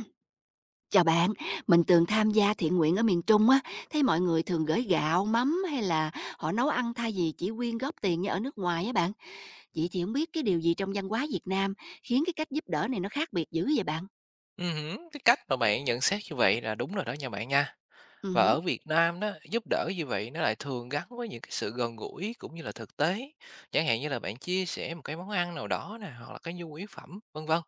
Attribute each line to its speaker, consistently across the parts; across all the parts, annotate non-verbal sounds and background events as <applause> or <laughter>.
Speaker 1: <clears throat> Chào bạn, mình từng tham gia thiện nguyện ở miền Trung á, thấy mọi người thường gửi gạo, mắm hay là họ nấu ăn thay vì chỉ quyên góp tiền như ở nước ngoài á bạn. Vậy thì không biết cái điều gì trong văn hóa Việt Nam khiến cái cách giúp đỡ này nó khác biệt dữ vậy bạn?
Speaker 2: Ừm cái cách mà bạn nhận xét như vậy là đúng rồi đó nha bạn nha.
Speaker 1: Ừ,
Speaker 2: Và
Speaker 1: hứ,
Speaker 2: ở Việt Nam đó, giúp đỡ như vậy nó lại thường gắn với những cái sự gần gũi cũng như là thực tế. Chẳng hạn như là bạn chia sẻ một cái món ăn nào đó nè, hoặc là cái nhu yếu phẩm, vân vân.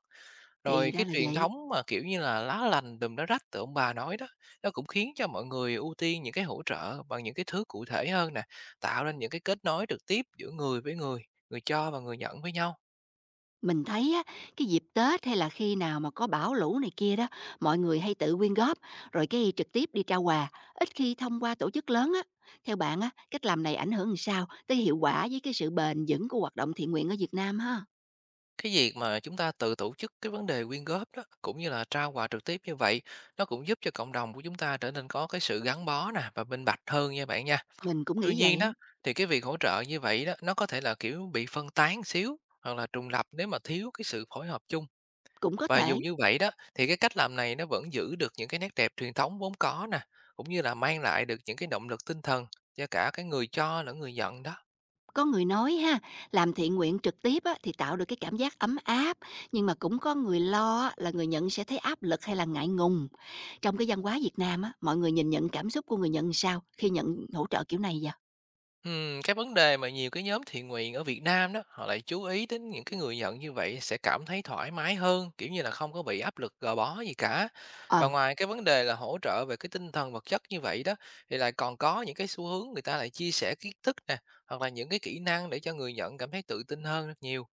Speaker 1: thì
Speaker 2: Rồi
Speaker 1: ra
Speaker 2: cái
Speaker 1: là
Speaker 2: truyền
Speaker 1: vậy.
Speaker 2: thống mà, kiểu như là, lá lành đùm lá rách từ ông bà nói đó, nó cũng khiến cho mọi người ưu tiên những cái hỗ trợ bằng những cái thứ cụ thể hơn nè, tạo nên những cái kết nối trực tiếp giữa người với người, người cho và người nhận với nhau.
Speaker 1: Mình thấy á, cái dịp Tết hay là khi nào mà có bão lũ này kia đó, mọi người hay tự quyên góp, rồi cái trực tiếp đi trao quà, ít khi thông qua tổ chức lớn á. Theo bạn á, cách làm này ảnh hưởng làm sao tới hiệu quả với cái sự bền vững của hoạt động thiện nguyện ở Việt Nam ha?
Speaker 2: Cái việc mà chúng ta tự tổ chức cái vấn đề quyên góp đó cũng như là trao quà trực tiếp như vậy nó cũng giúp cho cộng đồng của chúng ta trở nên có cái sự gắn bó nè và minh bạch hơn nha bạn nha.
Speaker 1: Mình cũng
Speaker 2: Tuy
Speaker 1: nghĩ
Speaker 2: nhiên
Speaker 1: vậy,
Speaker 2: đó thì cái việc hỗ trợ như vậy đó nó có thể là kiểu bị phân tán xíu, hoặc là trùng lập nếu mà thiếu cái sự phối hợp chung.
Speaker 1: cũng có
Speaker 2: Và dù
Speaker 1: thể.
Speaker 2: như vậy đó thì cái cách làm này nó vẫn giữ được những cái nét đẹp truyền thống vốn có nè, cũng như là mang lại được những cái động lực tinh thần cho cả cái người cho lẫn người nhận đó.
Speaker 1: Có người nói ha, làm thiện nguyện trực tiếp á, thì tạo được cái cảm giác ấm áp, nhưng mà cũng có người lo á, là người nhận sẽ thấy áp lực hay là ngại ngùng. Trong cái văn hóa Việt Nam á, mọi người nhìn nhận cảm xúc của người nhận sao khi nhận hỗ trợ kiểu này vậy?
Speaker 2: Cái vấn đề mà nhiều cái nhóm thiện nguyện ở Việt Nam đó, họ lại chú ý đến những cái người nhận như vậy sẽ cảm thấy thoải mái hơn, kiểu như là không có bị áp lực gò bó gì cả.
Speaker 1: Ờ,
Speaker 2: Và ngoài cái vấn đề là hỗ trợ về cái tinh thần vật chất như vậy đó, thì lại còn có những cái xu hướng người ta lại chia sẻ kiến thức nè, hoặc là những cái kỹ năng để cho người nhận cảm thấy tự tin hơn rất nhiều.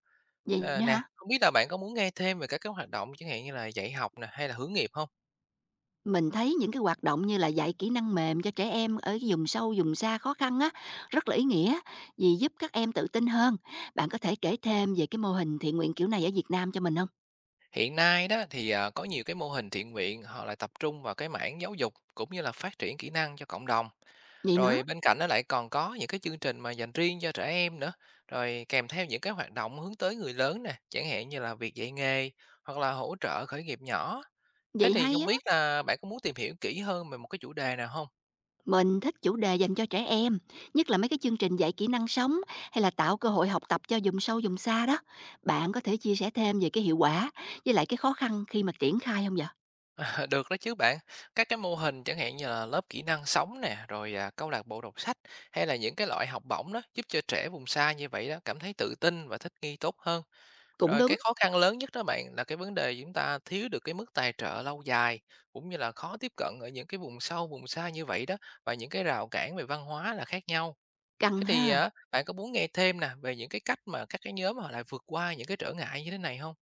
Speaker 1: vậy
Speaker 2: Ờ,
Speaker 1: nữa
Speaker 2: nè,
Speaker 1: hả?
Speaker 2: không biết là bạn có muốn nghe thêm về các cái hoạt động chẳng hạn như là dạy học nè, hay là hướng nghiệp không?
Speaker 1: Mình thấy những cái hoạt động như là dạy kỹ năng mềm cho trẻ em ở cái vùng sâu, vùng xa khó khăn á, rất là ý nghĩa vì giúp các em tự tin hơn. Bạn có thể kể thêm về cái mô hình thiện nguyện kiểu này ở Việt Nam cho mình không?
Speaker 2: Hiện nay đó thì, có nhiều cái mô hình thiện nguyện họ lại tập trung vào cái mảng giáo dục cũng như là phát triển kỹ năng cho cộng đồng.
Speaker 1: Vậy nữa,
Speaker 2: Rồi bên cạnh nó lại còn có những cái chương trình mà dành riêng cho trẻ em nữa, rồi kèm theo những cái hoạt động hướng tới người lớn nè, chẳng hạn như là việc dạy nghề hoặc là hỗ trợ khởi nghiệp nhỏ. Thế
Speaker 1: vậy
Speaker 2: thì
Speaker 1: hay
Speaker 2: không
Speaker 1: á,
Speaker 2: biết là bạn có muốn tìm hiểu kỹ hơn về một cái chủ đề nào không?
Speaker 1: mình thích chủ đề dành cho trẻ em, nhất là mấy cái chương trình dạy kỹ năng sống hay là tạo cơ hội học tập cho vùng sâu vùng xa đó. Bạn có thể chia sẻ thêm về cái hiệu quả với lại cái khó khăn khi mà triển khai không vậy?
Speaker 2: <laughs> À, được đó chứ bạn. Các cái mô hình chẳng hạn như là lớp kỹ năng sống nè, rồi câu lạc bộ đọc sách hay là những cái loại học bổng đó giúp cho trẻ vùng xa như vậy đó cảm thấy tự tin và thích nghi tốt hơn.
Speaker 1: Cũng
Speaker 2: Rồi
Speaker 1: đúng,
Speaker 2: cái khó khăn lớn nhất đó bạn là cái vấn đề chúng ta thiếu được cái mức tài trợ lâu dài, cũng như là khó tiếp cận ở những cái vùng sâu, vùng xa như vậy đó, và những cái rào cản về văn hóa là khác nhau. Thế
Speaker 1: cần
Speaker 2: thì
Speaker 1: ha.
Speaker 2: bạn có muốn nghe thêm nè về những cái cách mà các cái nhóm họ lại vượt qua những cái trở ngại như thế này không?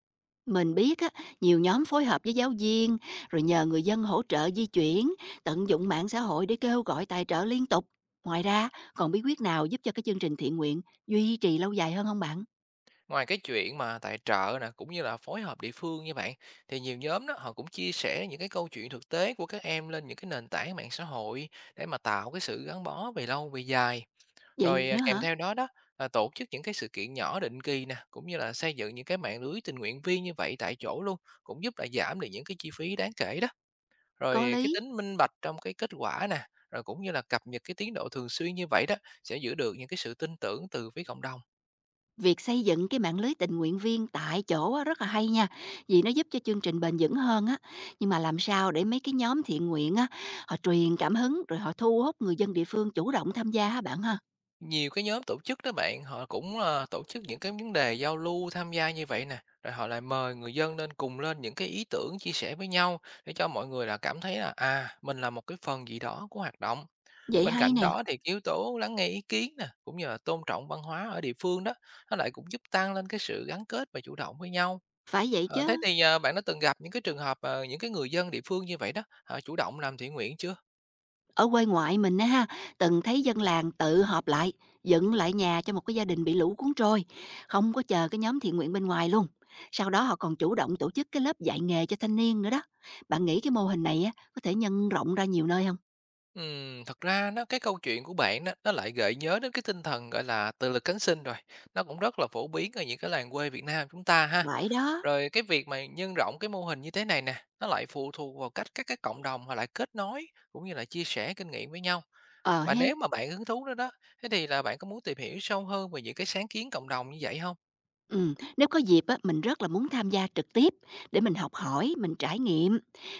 Speaker 1: Mình biết á, nhiều nhóm phối hợp với giáo viên, rồi nhờ người dân hỗ trợ di chuyển, tận dụng mạng xã hội để kêu gọi tài trợ liên tục. Ngoài ra, còn bí quyết nào giúp cho cái chương trình thiện nguyện duy trì lâu dài hơn không bạn?
Speaker 2: Ngoài cái chuyện mà tài trợ nè, cũng như là phối hợp địa phương như bạn, thì nhiều nhóm đó họ cũng chia sẻ những cái câu chuyện thực tế của các em lên những cái nền tảng mạng xã hội để mà tạo cái sự gắn bó về lâu về dài.
Speaker 1: Vậy
Speaker 2: Rồi
Speaker 1: nữa hả?
Speaker 2: kèm theo đó đó là tổ chức những cái sự kiện nhỏ định kỳ nè, cũng như là xây dựng những cái mạng lưới tình nguyện viên như vậy tại chỗ luôn, cũng giúp là giảm được những cái chi phí đáng kể đó. Rồi
Speaker 1: Có
Speaker 2: cái
Speaker 1: lý.
Speaker 2: tính minh bạch trong cái kết quả nè, rồi cũng như là cập nhật cái tiến độ thường xuyên như vậy đó sẽ giữ được những cái sự tin tưởng từ phía cộng đồng.
Speaker 1: Việc xây dựng cái mạng lưới tình nguyện viên tại chỗ á, rất là hay nha, vì nó giúp cho chương trình bền vững hơn á. Nhưng mà làm sao để mấy cái nhóm thiện nguyện á, họ truyền cảm hứng rồi họ thu hút người dân địa phương chủ động tham gia hả bạn ha?
Speaker 2: Nhiều cái nhóm tổ chức đó bạn, họ cũng, tổ chức những cái vấn đề giao lưu, tham gia như vậy nè, rồi họ lại mời người dân nên cùng lên những cái ý tưởng chia sẻ với nhau để cho mọi người là cảm thấy là, à, mình là một cái phần gì đó của hoạt động.
Speaker 1: Vậy
Speaker 2: Bên
Speaker 1: hay
Speaker 2: cạnh
Speaker 1: nè,
Speaker 2: đó thì cái yếu tố lắng nghe ý kiến nè, cũng như là tôn trọng văn hóa ở địa phương đó, nó lại cũng giúp tăng lên cái sự gắn kết và chủ động với nhau.
Speaker 1: phải vậy
Speaker 2: Ờ, thế
Speaker 1: chứ.
Speaker 2: thì, bạn đã từng gặp những cái trường hợp, những cái người dân địa phương như vậy đó, họ chủ động làm thiện nguyện chưa?
Speaker 1: Ở quê ngoại mình á ha, từng thấy dân làng tự họp lại, dựng lại nhà cho một cái gia đình bị lũ cuốn trôi, không có chờ cái nhóm thiện nguyện bên ngoài luôn. Sau đó họ còn chủ động tổ chức cái lớp dạy nghề cho thanh niên nữa đó. Bạn nghĩ cái mô hình này á, có thể nhân rộng ra nhiều nơi không?
Speaker 2: Thật ra nó cái câu chuyện của bạn đó, nó lại gợi nhớ đến cái tinh thần, gọi là, tự lực cánh sinh rồi, nó cũng rất là phổ biến ở những cái làng quê Việt Nam chúng ta ha.
Speaker 1: Phải đó.
Speaker 2: Rồi cái việc mà nhân rộng cái mô hình như thế này nè, nó lại phụ thuộc vào cách các cái cộng đồng họ lại kết nối, cũng như là chia sẻ kinh nghiệm với nhau.
Speaker 1: Ờ
Speaker 2: Và
Speaker 1: hen,
Speaker 2: nếu mà bạn hứng thú nữa đó, thế thì là bạn có muốn tìm hiểu sâu hơn về những cái sáng kiến cộng đồng như vậy không?
Speaker 1: ừm, nếu có dịp á, mình rất là muốn tham gia trực tiếp để mình học hỏi, mình trải nghiệm.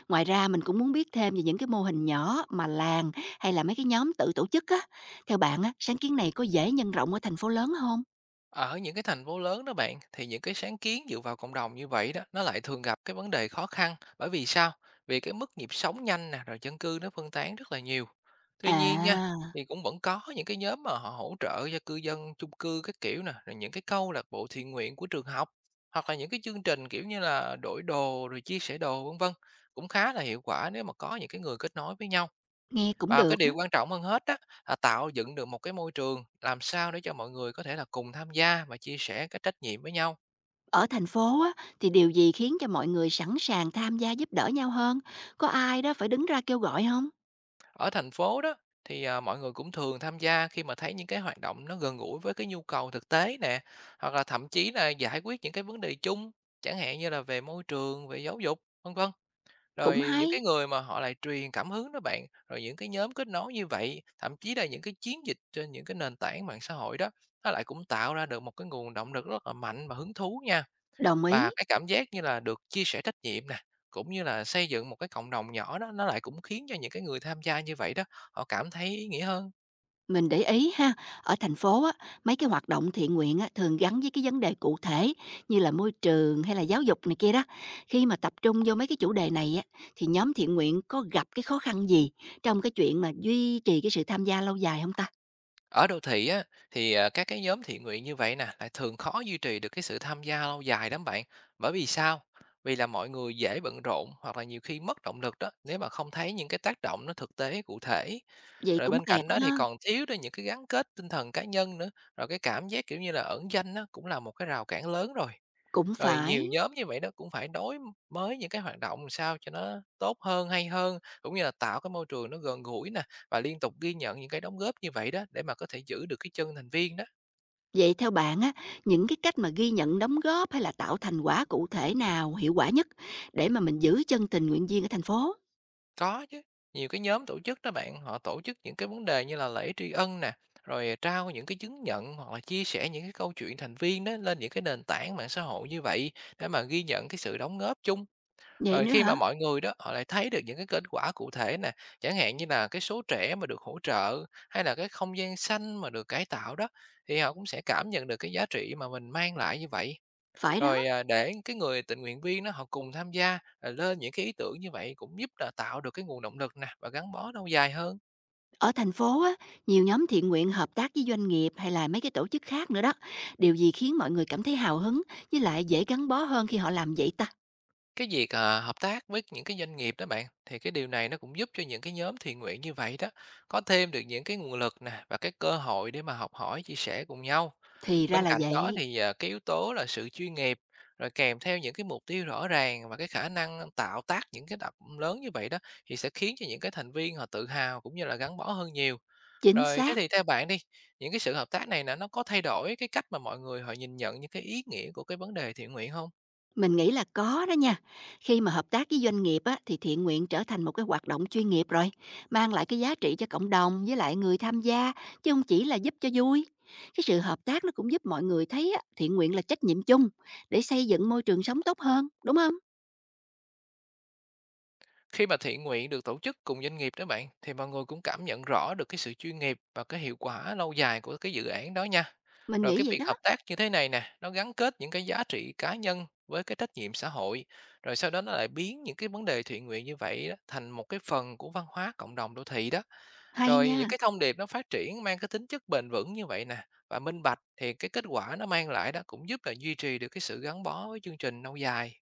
Speaker 1: Ngoài ra mình cũng muốn biết thêm về những cái mô hình nhỏ mà làng hay là mấy cái nhóm tự tổ chức á. Theo bạn á, sáng kiến này có dễ nhân rộng ở thành phố lớn không?
Speaker 2: Ở những cái thành phố lớn đó bạn thì những cái sáng kiến dựa vào cộng đồng như vậy đó nó lại thường gặp cái vấn đề khó khăn bởi vì sao? Vì cái mức nhịp sống nhanh nè rồi dân cư nó phân tán rất là nhiều. Tuy nhiên nha,
Speaker 1: À,
Speaker 2: thì cũng vẫn có những cái nhóm mà họ hỗ trợ cho cư dân chung cư các kiểu nè, rồi những cái câu lạc bộ thiện nguyện của trường học, hoặc là những cái chương trình kiểu như là đổi đồ rồi chia sẻ đồ vân vân, cũng khá là hiệu quả nếu mà có những cái người kết nối với nhau.
Speaker 1: nghe cũng
Speaker 2: Và cái
Speaker 1: được á.
Speaker 2: điều quan trọng hơn hết đó là tạo dựng được một cái môi trường làm sao để cho mọi người có thể là cùng tham gia và chia sẻ cái trách nhiệm với nhau.
Speaker 1: Ở thành phố á, thì điều gì khiến cho mọi người sẵn sàng tham gia giúp đỡ nhau hơn? Có ai đó phải đứng ra kêu gọi không?
Speaker 2: Ở thành phố đó thì, mọi người cũng thường tham gia khi mà thấy những cái hoạt động nó gần gũi với cái nhu cầu thực tế nè, hoặc là thậm chí là giải quyết những cái vấn đề chung, chẳng hạn như là về môi trường, về giáo dục, vân vân.
Speaker 1: Cũng
Speaker 2: Rồi những
Speaker 1: hay.
Speaker 2: cái người mà họ lại truyền cảm hứng đó bạn, rồi những cái nhóm kết nối như vậy, thậm chí là những cái chiến dịch trên những cái nền tảng mạng xã hội đó, nó lại cũng tạo ra được một cái nguồn động lực rất là mạnh và hứng thú nha.
Speaker 1: Đồng ý.
Speaker 2: Và cái cảm giác như là được chia sẻ trách nhiệm nè, cũng như là xây dựng một cái cộng đồng nhỏ đó, nó lại cũng khiến cho những cái người tham gia như vậy đó, họ cảm thấy ý nghĩa hơn.
Speaker 1: Mình để ý ha, ở thành phố á, mấy cái hoạt động thiện nguyện á, thường gắn với cái vấn đề cụ thể như là môi trường hay là giáo dục này kia đó. Khi mà tập trung vô mấy cái chủ đề này á, thì nhóm thiện nguyện có gặp cái khó khăn gì trong cái chuyện mà duy trì cái sự tham gia lâu dài không ta?
Speaker 2: Ở đô thị á, thì, các cái nhóm thiện nguyện như vậy nè, lại thường khó duy trì được cái sự tham gia lâu dài lắm bạn. Bởi vì sao? Vì là mọi người dễ bận rộn hoặc là nhiều khi mất động lực đó, nếu mà không thấy những cái tác động nó thực tế cụ thể.
Speaker 1: Vậy
Speaker 2: Rồi
Speaker 1: cũng
Speaker 2: bên
Speaker 1: kẹt
Speaker 2: cạnh đó thì
Speaker 1: ha,
Speaker 2: còn thiếu đi những cái gắn kết tinh thần cá nhân nữa, rồi cái cảm giác, kiểu như là, ẩn danh đó cũng là một cái rào cản lớn rồi.
Speaker 1: cũng
Speaker 2: Rồi
Speaker 1: phải.
Speaker 2: nhiều nhóm như vậy đó cũng phải đối mới những cái hoạt động làm sao cho nó tốt hơn, hay hơn, cũng như là tạo cái môi trường nó gần gũi nè, và liên tục ghi nhận những cái đóng góp như vậy đó để mà có thể giữ được cái chân thành viên đó.
Speaker 1: Vậy theo bạn á, những cái cách mà ghi nhận đóng góp hay là tạo thành quả cụ thể nào hiệu quả nhất để mà mình giữ chân tình nguyện viên ở thành phố?
Speaker 2: Có chứ, nhiều cái nhóm tổ chức đó bạn, họ tổ chức những cái vấn đề như là lễ tri ân nè, rồi trao những cái chứng nhận hoặc là chia sẻ những cái câu chuyện thành viên đó lên những cái nền tảng mạng xã hội như vậy để mà ghi nhận cái sự đóng góp chung.
Speaker 1: Vậy
Speaker 2: Rồi
Speaker 1: nữa
Speaker 2: khi mà
Speaker 1: hả?
Speaker 2: mọi người đó, họ lại thấy được những cái kết quả cụ thể nè, chẳng hạn như là cái số trẻ mà được hỗ trợ hay là cái không gian xanh mà được cải tạo đó, thì họ cũng sẽ cảm nhận được cái giá trị mà mình mang lại như vậy.
Speaker 1: Phải đó.
Speaker 2: Rồi, để cái người tình nguyện viên đó họ cùng tham gia, à, lên những cái ý tưởng như vậy cũng giúp là tạo được cái nguồn động lực nè và gắn bó lâu dài hơn.
Speaker 1: Ở thành phố á, nhiều nhóm thiện nguyện hợp tác với doanh nghiệp hay là mấy cái tổ chức khác nữa đó. Điều gì khiến mọi người cảm thấy hào hứng với lại dễ gắn bó hơn khi họ làm vậy ta?
Speaker 2: Cái việc, hợp tác với những cái doanh nghiệp đó bạn, thì cái điều này nó cũng giúp cho những cái nhóm thiện nguyện như vậy đó, có thêm được những cái nguồn lực nè và cái cơ hội để mà học hỏi, chia sẻ cùng nhau.
Speaker 1: Thì ra
Speaker 2: Bên
Speaker 1: là
Speaker 2: cạnh đó
Speaker 1: vậy.
Speaker 2: thì, cái yếu tố là sự chuyên nghiệp, rồi kèm theo những cái mục tiêu rõ ràng và cái khả năng tạo tác những cái đập lớn như vậy đó, thì sẽ khiến cho những cái thành viên họ tự hào cũng như là gắn bó hơn nhiều.
Speaker 1: Chính
Speaker 2: Rồi, thế
Speaker 1: xác.
Speaker 2: thì theo bạn đi, những cái sự hợp tác này nè, nó có thay đổi cái cách mà mọi người họ nhìn nhận những cái ý nghĩa của cái vấn đề thiện nguyện không?
Speaker 1: Mình nghĩ là có đó nha. Khi mà hợp tác với doanh nghiệp á, thì thiện nguyện trở thành một cái hoạt động chuyên nghiệp rồi. Mang lại cái giá trị cho cộng đồng với lại người tham gia, chứ không chỉ là giúp cho vui. Cái sự hợp tác nó cũng giúp mọi người thấy á, thiện nguyện là trách nhiệm chung để xây dựng môi trường sống tốt hơn, đúng không?
Speaker 2: Khi mà thiện nguyện được tổ chức cùng doanh nghiệp đó bạn, thì mọi người cũng cảm nhận rõ được cái sự chuyên nghiệp và cái hiệu quả lâu dài của cái dự án đó nha.
Speaker 1: Mình
Speaker 2: Rồi cái
Speaker 1: nghĩ vậy
Speaker 2: việc
Speaker 1: đó.
Speaker 2: hợp tác như thế này nè, nó gắn kết những cái giá trị cá nhân với cái trách nhiệm xã hội, rồi sau đó nó lại biến những cái vấn đề thiện nguyện như vậy đó, thành một cái phần của văn hóa cộng đồng đô thị đó.
Speaker 1: Hay
Speaker 2: Rồi những
Speaker 1: nha.
Speaker 2: cái thông điệp nó phát triển mang cái tính chất bền vững như vậy nè và minh bạch thì cái kết quả nó mang lại đó cũng giúp là duy trì được cái sự gắn bó với chương trình lâu dài.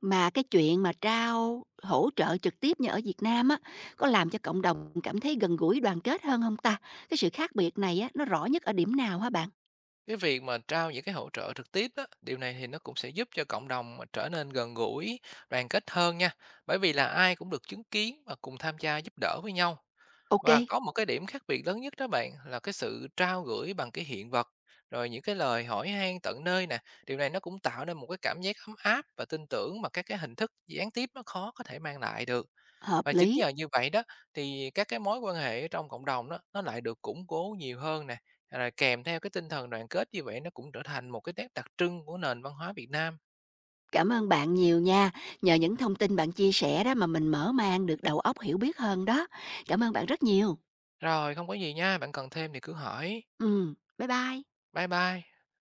Speaker 1: Mà cái chuyện mà trao hỗ trợ trực tiếp như ở Việt Nam á, có làm cho cộng đồng cảm thấy gần gũi, đoàn kết hơn không ta? Cái sự khác biệt này á, nó rõ nhất ở điểm nào hả bạn?
Speaker 2: Cái việc mà trao những cái hỗ trợ trực tiếp đó, điều này thì nó cũng sẽ giúp cho cộng đồng mà trở nên gần gũi, đoàn kết hơn nha. Bởi vì là ai cũng được chứng kiến và cùng tham gia giúp đỡ với nhau.
Speaker 1: Ok,
Speaker 2: Và có một cái điểm khác biệt lớn nhất đó bạn là cái sự trao gửi bằng cái hiện vật, rồi những cái lời hỏi han tận nơi nè, điều này nó cũng tạo nên một cái cảm giác ấm áp và tin tưởng mà các cái hình thức gián tiếp nó khó có thể mang lại được.
Speaker 1: hợp
Speaker 2: Và chính
Speaker 1: lý.
Speaker 2: nhờ như vậy đó thì các cái mối quan hệ trong cộng đồng đó nó lại được củng cố nhiều hơn nè, rồi kèm theo cái tinh thần đoàn kết như vậy nó cũng trở thành một cái nét đặc trưng của nền văn hóa Việt Nam.
Speaker 1: Cảm ơn bạn nhiều nha, nhờ những thông tin bạn chia sẻ đó mà mình mở mang được đầu óc hiểu biết hơn đó. Cảm ơn bạn rất nhiều.
Speaker 2: Rồi không có gì nha, bạn cần thêm thì cứ hỏi.
Speaker 1: Bye bye.
Speaker 2: Bye bye.